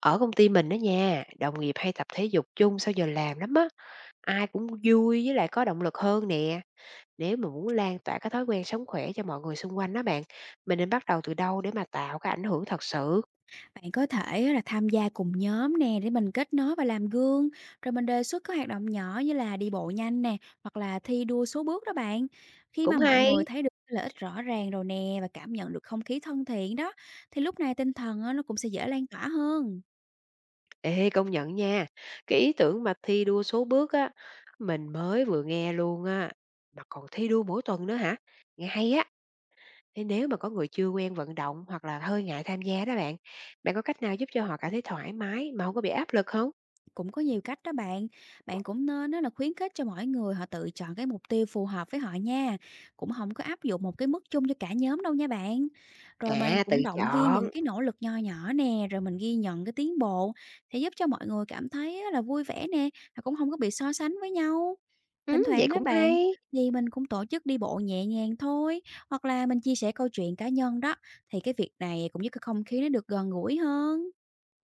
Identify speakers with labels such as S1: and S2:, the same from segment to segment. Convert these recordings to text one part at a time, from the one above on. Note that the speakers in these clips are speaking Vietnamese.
S1: Ở công ty mình đó nha, đồng nghiệp hay tập thể dục chung sau giờ làm lắm á, ai cũng vui với lại có động lực hơn nè. Nếu mà muốn lan tỏa cái thói quen sống khỏe cho mọi người xung quanh đó bạn, mình nên bắt đầu từ đâu để mà tạo cái ảnh hưởng thật sự?
S2: Bạn có thể á là tham gia cùng nhóm nè, để mình kết nối và làm gương, rồi mình đề xuất các hoạt động nhỏ như là đi bộ nhanh nè, hoặc là thi đua số bước đó bạn. Khi
S1: Cũng
S2: mà mọi
S1: hay.
S2: người thấy được cái lợi ích rõ ràng rồi nè, và cảm nhận được không khí thân thiện đó, thì lúc này tinh thần á, nó cũng sẽ dễ lan tỏa hơn.
S1: Ê, công nhận nha. Cái ý tưởng mà thi đua số bước á, mình mới vừa nghe luôn á, mà còn thi đua mỗi tuần nữa hả? Nghe hay á. Thế nếu mà có người chưa quen vận động hoặc là hơi ngại tham gia đó bạn, bạn có cách nào giúp cho họ cảm thấy thoải mái mà không có bị áp lực không?
S2: Cũng có nhiều cách đó bạn. Bạn cũng nên đó là khuyến khích cho mỗi người họ tự chọn cái mục tiêu phù hợp với họ nha. Cũng không có áp dụng một cái mức chung cho cả nhóm đâu nha bạn. Rồi mình
S1: À, tự
S2: cũng động viên
S1: chọn,
S2: những cái nỗ lực nho nhỏ nè, rồi mình ghi nhận cái tiến bộ, sẽ giúp cho mọi người cảm thấy á là vui vẻ nè, và cũng không có bị so sánh với nhau. Thỉnh
S1: vậy
S2: thoảng đó
S1: cũng
S2: bạn,
S1: hay.
S2: thì mình cũng tổ chức đi bộ nhẹ nhàng thôi, hoặc là mình chia sẻ câu chuyện cá nhân đó, thì cái việc này cũng giúp cái không khí nó được gần gũi hơn.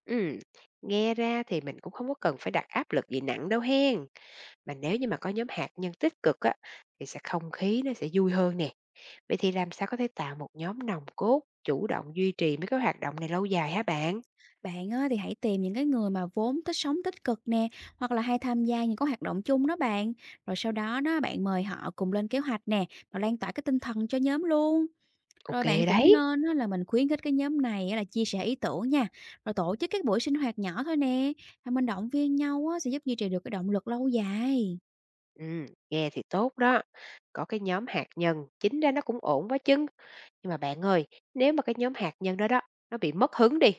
S1: Ừm, nghe ra thì mình cũng không có cần phải đặt áp lực gì nặng đâu hen. Mà nếu như mà có nhóm hạt nhân tích cực á, thì sẽ không khí nó sẽ vui hơn nè. Vậy thì làm sao có thể tạo một nhóm nòng cốt chủ động duy trì mấy cái hoạt động này lâu dài hả bạn?
S2: Bạn á, thì hãy tìm những cái người mà vốn thích sống tích cực nè, hoặc là hay tham gia những cái hoạt động chung đó bạn. Rồi sau đó đó bạn mời họ cùng lên kế hoạch nè, và lan tỏa cái tinh thần cho nhóm luôn. Rồi
S1: Ok
S2: bạn cũng
S1: đấy,
S2: nên á, là mình khuyến khích cái nhóm này á, là chia sẻ ý tưởng nha. Rồi tổ chức các buổi sinh hoạt nhỏ thôi nè. Và mình động viên nhau á, sẽ giúp duy trì được cái động lực lâu dài.
S1: nghe thì tốt đó. Có cái nhóm hạt nhân, chính ra nó cũng ổn quá chừng. Nhưng mà bạn ơi, nếu mà cái nhóm hạt nhân đó đó, nó bị mất hứng đi,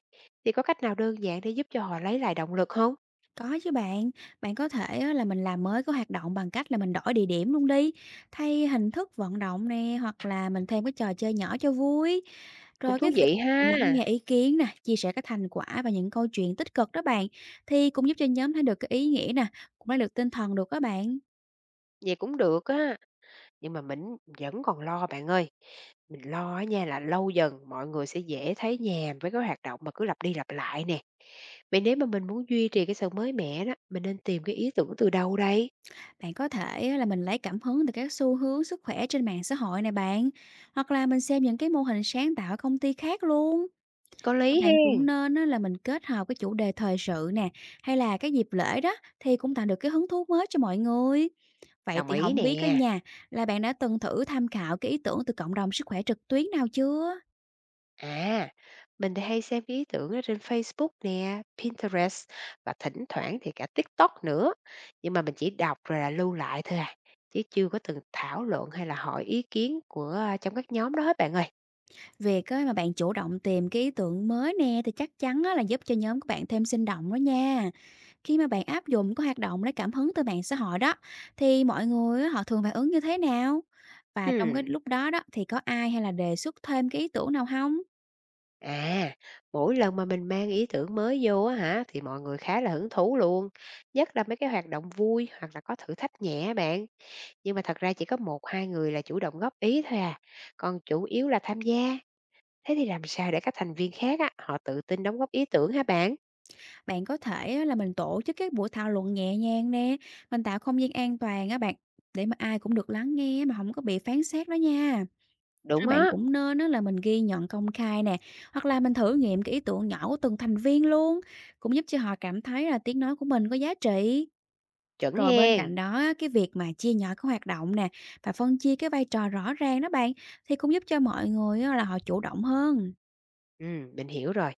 S1: thì có cách nào đơn giản để giúp cho họ lấy lại động lực không?
S2: Có chứ bạn, bạn có thể á là mình làm mới cái hoạt động bằng cách là mình đổi địa điểm luôn đi, thay hình thức vận động nè, hoặc là mình thêm cái trò chơi nhỏ cho vui.
S1: Cũng
S2: Rồi cái
S1: thú
S2: việc
S1: vị ha,
S2: lắng nghe ý kiến nè, chia sẻ cái thành quả và những câu chuyện tích cực đó bạn, thì cũng giúp cho nhóm thấy được cái ý nghĩa nè, cũng lấy được tinh thần được đó bạn.
S1: vậy cũng được á, nhưng mà mình vẫn còn lo bạn ơi, mình lo á nha là lâu dần mọi người sẽ dễ thấy nhàm với cái hoạt động mà cứ lặp đi lặp lại nè. Vậy nếu mà mình muốn duy trì cái sự mới mẻ đó, mình nên tìm cái ý tưởng từ đâu đây?
S2: Bạn có thể á là mình lấy cảm hứng từ các xu hướng sức khỏe trên mạng xã hội này bạn, hoặc là mình xem những cái mô hình sáng tạo ở công ty khác luôn.
S1: Có
S2: Các
S1: lý
S2: bạn cũng
S1: hen,
S2: nên á là mình kết hợp cái chủ đề thời sự nè, hay là cái dịp lễ đó, thì cũng tạo được cái hứng thú mới cho mọi người. Vậy
S1: đồng
S2: thì
S1: ý
S2: không biết á
S1: nè.
S2: nhà, là bạn đã từng thử tham khảo cái ý tưởng từ cộng đồng sức khỏe trực tuyến nào chưa?
S1: À, mình thì hay xem cái ý tưởng ở trên Facebook nè, Pinterest và thỉnh thoảng thì cả TikTok nữa, nhưng mà mình chỉ đọc rồi là lưu lại thôi à, chứ chưa có từng thảo luận hay là hỏi ý kiến của trong các nhóm đó hết bạn ơi.
S2: Việc á mà bạn chủ động tìm cái ý tưởng mới nè, thì chắc chắn á là giúp cho nhóm của bạn thêm sinh động đó nha. Khi mà bạn áp dụng có hoạt động lấy cảm hứng từ mạng xã hội đó, thì mọi người á họ thường phản ứng như thế nào? Và trong
S1: Ừ,
S2: cái lúc đó đó, thì có ai hay là đề xuất thêm cái ý tưởng nào không?
S1: à, mỗi lần mà mình mang ý tưởng mới vô á hả, thì mọi người khá là hứng thú luôn, nhất là mấy cái hoạt động vui hoặc là có thử thách nhẹ á bạn, nhưng mà thật ra chỉ có một 2 người là chủ động góp ý thôi à, còn chủ yếu là tham gia. Thế thì làm sao để các thành viên khác á, họ tự tin đóng góp ý tưởng hả bạn?
S2: Bạn có thể á là mình tổ chức các buổi thảo luận nhẹ nhàng nè, mình tạo không gian an toàn á bạn, để mà ai cũng được lắng nghe mà không có bị phán xét đó nha. Rồi
S1: Đúng
S2: bạn
S1: á,
S2: cũng nên á là mình ghi nhận công khai nè, hoặc là mình thử nghiệm cái ý tưởng nhỏ của từng thành viên luôn, cũng giúp cho họ cảm thấy là tiếng nói của mình có giá trị.
S1: chuẩn
S2: Rồi bên
S1: hen.
S2: cạnh đó á, cái việc mà chia nhỏ các hoạt động nè và phân chia cái vai trò rõ ràng đó bạn, thì cũng giúp cho mọi người á là họ chủ động hơn.
S1: Ừ, mình hiểu rồi.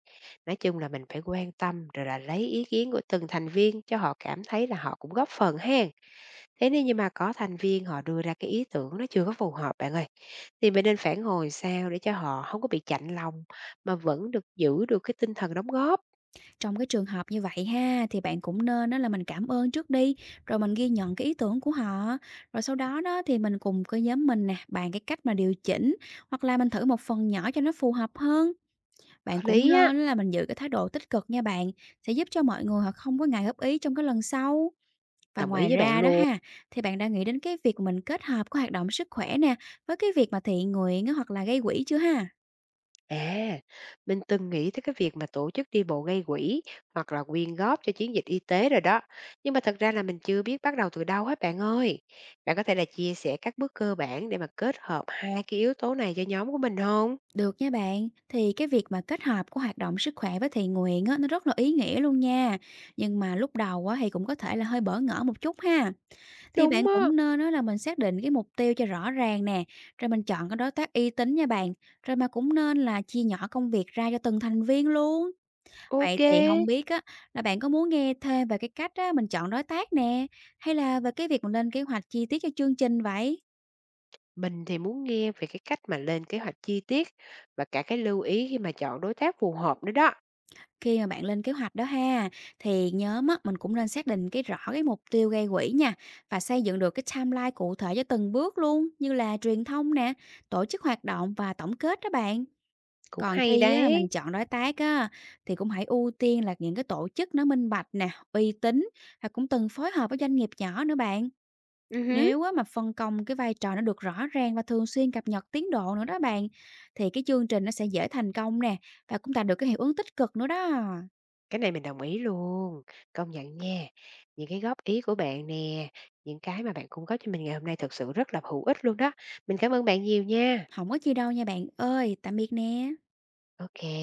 S1: Nói chung là mình phải quan tâm rồi là lấy ý kiến của từng thành viên cho họ cảm thấy là họ cũng góp phần hen. Thế nếu như mà có thành viên họ đưa ra cái ý tưởng nó chưa có phù hợp bạn ơi, thì mình nên phản hồi sao để cho họ không có bị chạnh lòng mà vẫn được giữ được cái tinh thần đóng góp?
S2: Trong cái trường hợp như vậy ha, thì bạn cũng nên đó là mình cảm ơn trước đi, rồi mình ghi nhận cái ý tưởng của họ, rồi sau đó đó thì mình cùng cái nhóm mình nè, bàn cái cách mà điều chỉnh, hoặc là mình thử một phần nhỏ cho nó phù hợp hơn.
S1: Có
S2: Bạn cũng
S1: lý á,
S2: nên là mình giữ cái thái độ tích cực nha bạn, sẽ giúp cho mọi người họ không có ngại góp ý trong cái lần sau. Và
S1: đồng ý
S2: ngoài
S1: với bạn
S2: ra đó
S1: luôn.
S2: ha, thì bạn đã nghĩ đến cái việc mình kết hợp cái hoạt động sức khỏe nè, với cái việc mà thiện nguyện á, hoặc là gây quỹ chưa ha?
S1: À, mình từng nghĩ tới cái việc mà tổ chức đi bộ gây quỹ hoặc là quyên góp cho chiến dịch y tế rồi đó, nhưng mà thật ra là mình chưa biết bắt đầu từ đâu hết bạn ơi. Bạn có thể là chia sẻ các bước cơ bản để mà kết hợp hai cái yếu tố này cho nhóm của mình không?
S2: Được nha bạn, thì cái việc mà kết hợp của hoạt động sức khỏe với thiện nguyện á, nó rất là ý nghĩa luôn nha. Nhưng mà lúc đầu á, thì cũng có thể là hơi bỡ ngỡ một chút ha. Thì
S1: Đúng
S2: bạn
S1: á,
S2: cũng nên đó là mình xác định cái mục tiêu cho rõ ràng nè, rồi mình chọn cái đối tác uy tín nha bạn. Rồi mà cũng nên là chia nhỏ công việc ra cho từng thành viên luôn. Vậy
S1: ok.
S2: thì không biết á, là bạn có muốn nghe thêm về cái cách á, mình chọn đối tác nè, hay là về cái việc mình lên kế hoạch chi tiết cho chương trình vậy?
S1: Mình thì muốn nghe về cái cách mà lên kế hoạch chi tiết và cả cái lưu ý khi mà chọn đối tác phù hợp nữa đó.
S2: Khi mà bạn lên kế hoạch đó ha, thì nhớ á, mình cũng nên xác định cái rõ cái mục tiêu gây quỹ nha, và xây dựng được cái timeline cụ thể cho từng bước luôn, như là truyền thông nè, tổ chức hoạt động và tổng kết đó bạn.
S1: Cũng
S2: Còn
S1: hay
S2: khi á,
S1: đấy.
S2: mình chọn đối tác á, thì cũng hãy ưu tiên là những cái tổ chức nó minh bạch nè, uy tín, và cũng từng phối hợp với doanh nghiệp nhỏ nữa bạn.
S1: Ừ hứ,
S2: Nếu á, mà phân công cái vai trò nó được rõ ràng và thường xuyên cập nhật tiến độ nữa đó bạn, thì cái chương trình nó sẽ dễ thành công nè, và cũng tạo được cái hiệu ứng tích cực nữa đó.
S1: cái này mình đồng ý luôn. Công nhận nha. Những cái góp ý của bạn nè, những cái mà bạn cung cấp cho mình ngày hôm nay thật sự rất là hữu ích luôn đó. Mình cảm ơn bạn nhiều nha.
S2: Không có chi đâu nha bạn ơi, tạm biệt nè.
S1: Ok.